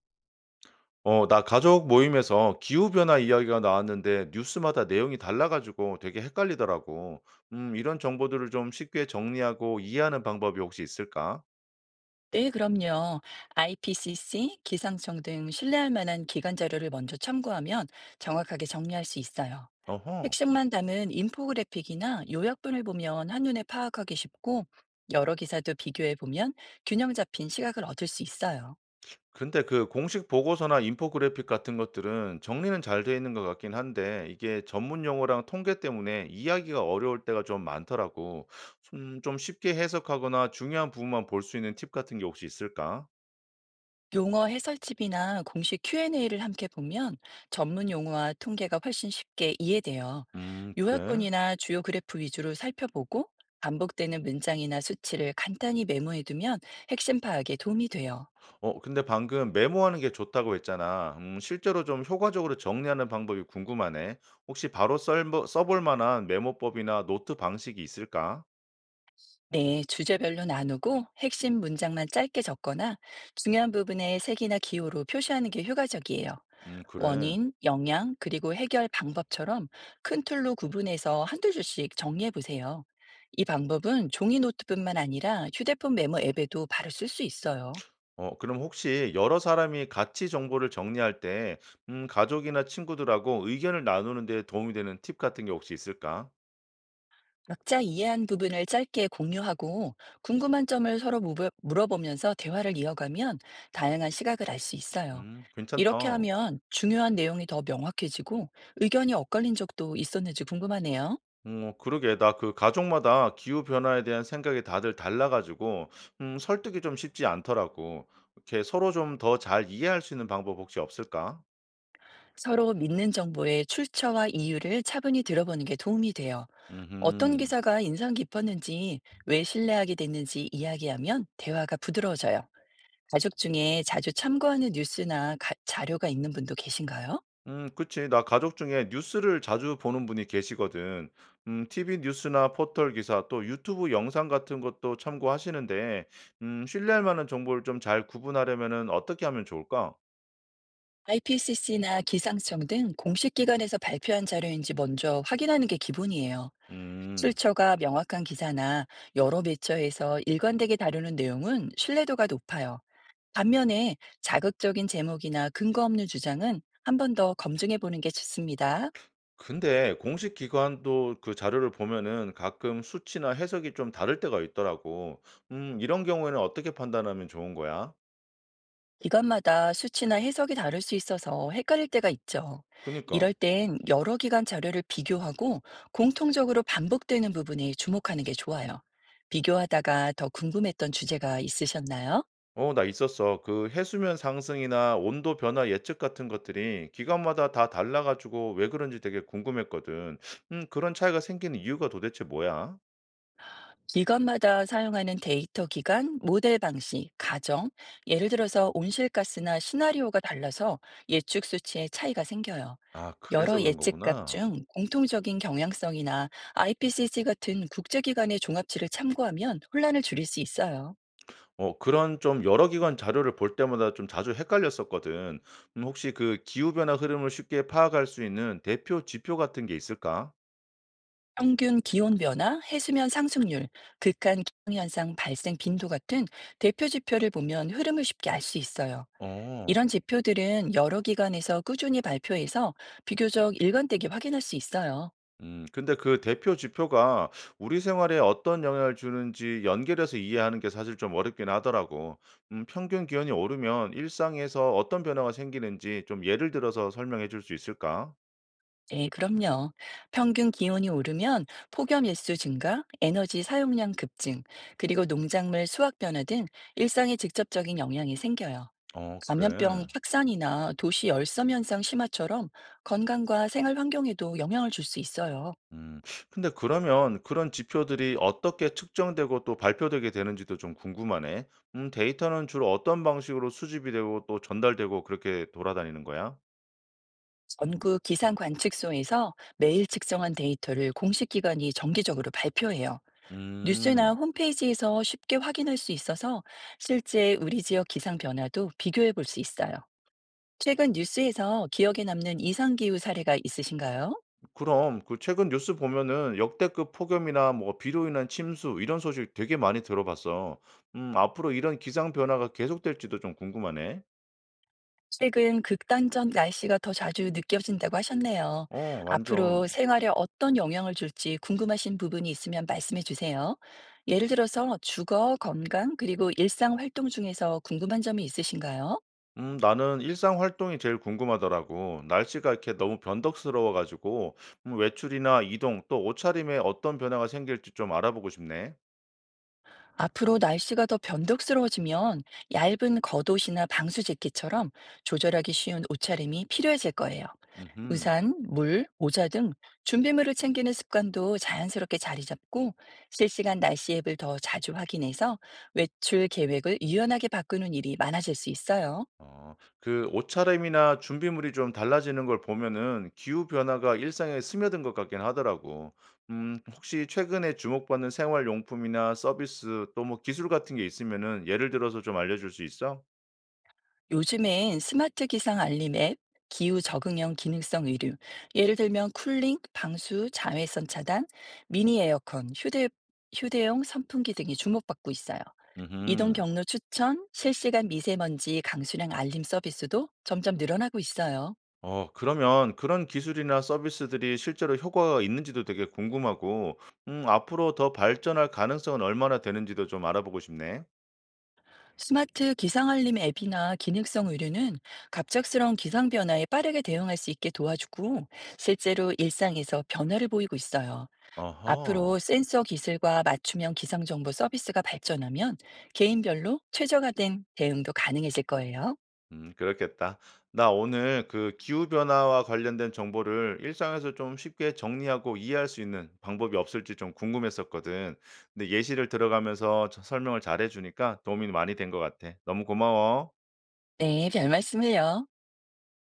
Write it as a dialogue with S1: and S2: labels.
S1: 어, 나 가족 모임에서 기후변화 이야기가 나왔는데 뉴스마다 내용이 달라가지고 되게 헷갈리더라고. 이런 정보들을 좀 쉽게 정리하고 이해하는 방법이 혹시 있을까?
S2: 네, 그럼요. IPCC, 기상청 등 신뢰할 만한 기관 자료를 먼저 참고하면 정확하게 정리할 수 있어요.
S1: 어허.
S2: 핵심만 담은 인포그래픽이나 요약본을 보면 한눈에 파악하기 쉽고 여러 기사도 비교해 보면 균형 잡힌 시각을 얻을 수 있어요.
S1: 근데 그 공식 보고서나 인포그래픽 같은 것들은 정리는 잘 돼 있는 것 같긴 한데 이게 전문 용어랑 통계 때문에 이야기가 어려울 때가 좀 많더라고. 좀 쉽게 해석하거나 중요한 부분만 볼 수 있는 팁 같은 게 혹시 있을까?
S2: 용어 해설집이나 공식 Q&A를 함께 보면 전문 용어와 통계가 훨씬 쉽게 이해돼요.
S1: 그래.
S2: 요약본이나 주요 그래프 위주로 살펴보고 반복되는 문장이나 수치를 간단히 메모해두면 핵심 파악에 도움이 돼요.
S1: 근데 방금 메모하는 게 좋다고 했잖아. 실제로 좀 효과적으로 정리하는 방법이 궁금하네. 혹시 바로 썰 써볼 만한 메모법이나 노트 방식이 있을까?
S2: 네, 주제별로 나누고 핵심 문장만 짧게 적거나 중요한 부분에 색이나 기호로 표시하는 게 효과적이에요.
S1: 그래.
S2: 원인, 영향, 그리고 해결 방법처럼 큰 틀로 구분해서 한두 줄씩 정리해 보세요. 이 방법은 종이 노트뿐만 아니라 휴대폰 메모 앱에도 바로 쓸 수 있어요.
S1: 그럼 혹시 여러 사람이 같이 정보를 정리할 때 가족이나 친구들하고 의견을 나누는 데 도움이 되는 팁 같은 게 혹시 있을까?
S2: 각자 이해한 부분을 짧게 공유하고 궁금한 점을 서로 물어보면서 대화를 이어가면 다양한 시각을 알 수 있어요.
S1: 음,
S2: 이렇게
S1: 괜찮다.
S2: 하면 중요한 내용이 더 명확해지고 의견이 엇갈린 적도 있었는지 궁금하네요.
S1: 어 그러게. 나 그 가족마다 기후 변화에 대한 생각이 다들 달라 가지고 설득이 좀 쉽지 않더라고. 이렇게 서로 좀 더 잘 이해할 수 있는 방법 혹시 없을까?
S2: 서로 믿는 정보의 출처와 이유를 차분히 들어보는 게 도움이 돼요. 어떤
S1: 음.
S2: 기사가 인상 깊었는지, 왜 신뢰하게 됐는지 이야기하면 대화가 부드러워져요. 가족 중에 자주 참고하는 뉴스나 자료가 있는 분도 계신가요?
S1: 음, 그치. 나 가족 중에 뉴스를 자주 보는 분이 계시거든. TV 뉴스나 포털 기사 또 유튜브 영상 같은 것도 참고하시는데 신뢰할 만한 정보를 좀 잘 구분하려면은 어떻게 하면 좋을까?
S2: IPCC나 기상청 등 공식 기관에서 발표한 자료인지 먼저 확인하는 게 기본이에요.
S1: 음.
S2: 출처가 명확한 기사나 여러 매체에서 일관되게 다루는 내용은 신뢰도가 높아요. 반면에 자극적인 제목이나 근거 없는 주장은 한 번 더 검증해 보는 게 좋습니다.
S1: 근데 공식 기관도 그 자료를 보면은 가끔 수치나 해석이 좀 다를 때가 있더라고. 이런 경우에는 어떻게 판단하면 좋은 거야?
S2: 기관마다 수치나 해석이 다를 수 있어서 헷갈릴 때가 있죠.
S1: 그니까.
S2: 이럴 땐 여러 기관 자료를 비교하고 공통적으로 반복되는 부분에 주목하는 게 좋아요. 비교하다가 더 궁금했던 주제가 있으셨나요?
S1: 어, 나 있었어. 그 해수면 상승이나 온도 변화 예측 같은 것들이 기관마다 다 달라가지고 왜 그런지 되게 궁금했거든. 그런 차이가 생기는 이유가 도대체 뭐야?
S2: 기관마다 사용하는 데이터 기간, 모델 방식, 가정, 예를 들어서 온실가스나 시나리오가 달라서 예측 수치에 차이가 생겨요.
S1: 아, 그래서
S2: 여러
S1: 그런
S2: 예측값
S1: 거구나.
S2: 중 공통적인 경향성이나 IPCC 같은 국제기관의 종합치를 참고하면 혼란을 줄일 수 있어요.
S1: 그런 좀 여러 기관 자료를 볼 때마다 좀 자주 헷갈렸었거든. 혹시 그 기후 변화 흐름을 쉽게 파악할 수 있는 대표 지표 같은 게 있을까?
S2: 평균 기온 변화, 해수면 상승률, 극한 기상현상 발생 빈도 같은 대표 지표를 보면 흐름을 쉽게 알 수 있어요.
S1: 어.
S2: 이런 지표들은 여러 기관에서 꾸준히 발표해서 비교적 일관되게 확인할 수 있어요.
S1: 근데 그 대표 지표가 우리 생활에 어떤 영향을 주는지 연결해서 이해하는 게 사실 좀 어렵긴 하더라고. 평균 기온이 오르면 일상에서 어떤 변화가 생기는지 좀 예를 들어서 설명해 줄 수 있을까?
S2: 네, 그럼요. 평균 기온이 오르면 폭염 일수 증가, 에너지 사용량 급증, 그리고 농작물 수확 변화 등 일상에 직접적인 영향이 생겨요.
S1: 어, 그래.
S2: 감염병 확산이나 도시 열섬 현상 심화처럼 건강과 생활 환경에도 영향을 줄 수 있어요.
S1: 음. 근데 그러면 그런 지표들이 어떻게 측정되고 또 발표되게 되는지도 좀 궁금하네. 데이터는 주로 어떤 방식으로 수집이 되고 또 전달되고 그렇게 돌아다니는 거야?
S2: 전국 기상 관측소에서 매일 측정한 데이터를 공식 기관이 정기적으로 발표해요. 뉴스나
S1: 음,
S2: 홈페이지에서 쉽게 확인할 수 있어서 실제 우리 지역 기상 변화도 비교해 볼 수 있어요. 최근 뉴스에서 기억에 남는 이상기후 사례가 있으신가요?
S1: 그럼 그 최근 뉴스 보면은 역대급 폭염이나 뭐 비로 인한 침수 이런 소식 되게 많이 들어봤어. 앞으로 이런 기상 변화가 계속될지도 좀 궁금하네.
S2: 최근 극단적 날씨가 더 자주 느껴진다고 하셨네요.
S1: 어, 완전.
S2: 앞으로 생활에 어떤 영향을 줄지 궁금하신 부분이 있으면 말씀해 주세요. 예를 들어서 주거, 건강, 그리고 일상 활동 중에서 궁금한 점이 있으신가요?
S1: 나는 일상 활동이 제일 궁금하더라고. 날씨가 이렇게 너무 변덕스러워 가지고 외출이나 이동 또 옷차림에 어떤 변화가 생길지 좀 알아보고 싶네.
S2: 앞으로 날씨가 더 변덕스러워지면 얇은 겉옷이나 방수 재킷처럼 조절하기 쉬운 옷차림이 필요해질 거예요.
S1: 음,
S2: 우산, 물, 모자 등 준비물을 챙기는 습관도 자연스럽게 자리 잡고 실시간 날씨 앱을 더 자주 확인해서 외출 계획을 유연하게 바꾸는 일이 많아질 수 있어요.
S1: 그 옷차림이나 준비물이 좀 달라지는 걸 보면은 기후 변화가 일상에 스며든 것 같긴 하더라고. 혹시 최근에 주목받는 생활 용품이나 서비스 또 뭐 기술 같은 게 있으면은 예를 들어서 좀 알려줄 수 있어?
S2: 요즘엔 스마트 기상 알림 앱, 기후 적응형 기능성 의류, 예를 들면 쿨링, 방수, 자외선 차단, 미니 에어컨, 휴대용 선풍기 등이 주목받고 있어요. 이동
S1: 음.
S2: 경로 추천, 실시간 미세먼지 강수량 알림 서비스도 점점 늘어나고 있어요.
S1: 그러면 그런 기술이나 서비스들이 실제로 효과가 있는지도 되게 궁금하고, 앞으로 더 발전할 가능성은 얼마나 되는지도 좀 알아보고 싶네.
S2: 스마트 기상 알림 앱이나 기능성 의류는 갑작스러운 기상 변화에 빠르게 대응할 수 있게 도와주고 실제로 일상에서 변화를 보이고 있어요. 앞으로
S1: 어허.
S2: 센서 기술과 맞춤형 기상정보 서비스가 발전하면 개인별로 최적화된 대응도 가능해질 거예요.
S1: 음, 그렇겠다. 나 오늘 그 기후 변화와 관련된 정보를 일상에서 좀 쉽게 정리하고 이해할 수 있는 방법이 없을지 좀 궁금했었거든. 근데 예시를 들어가면서 저 설명을 잘해 주니까 도움이 많이 된 것 같아. 너무 고마워.
S2: 네, 별 말씀을요.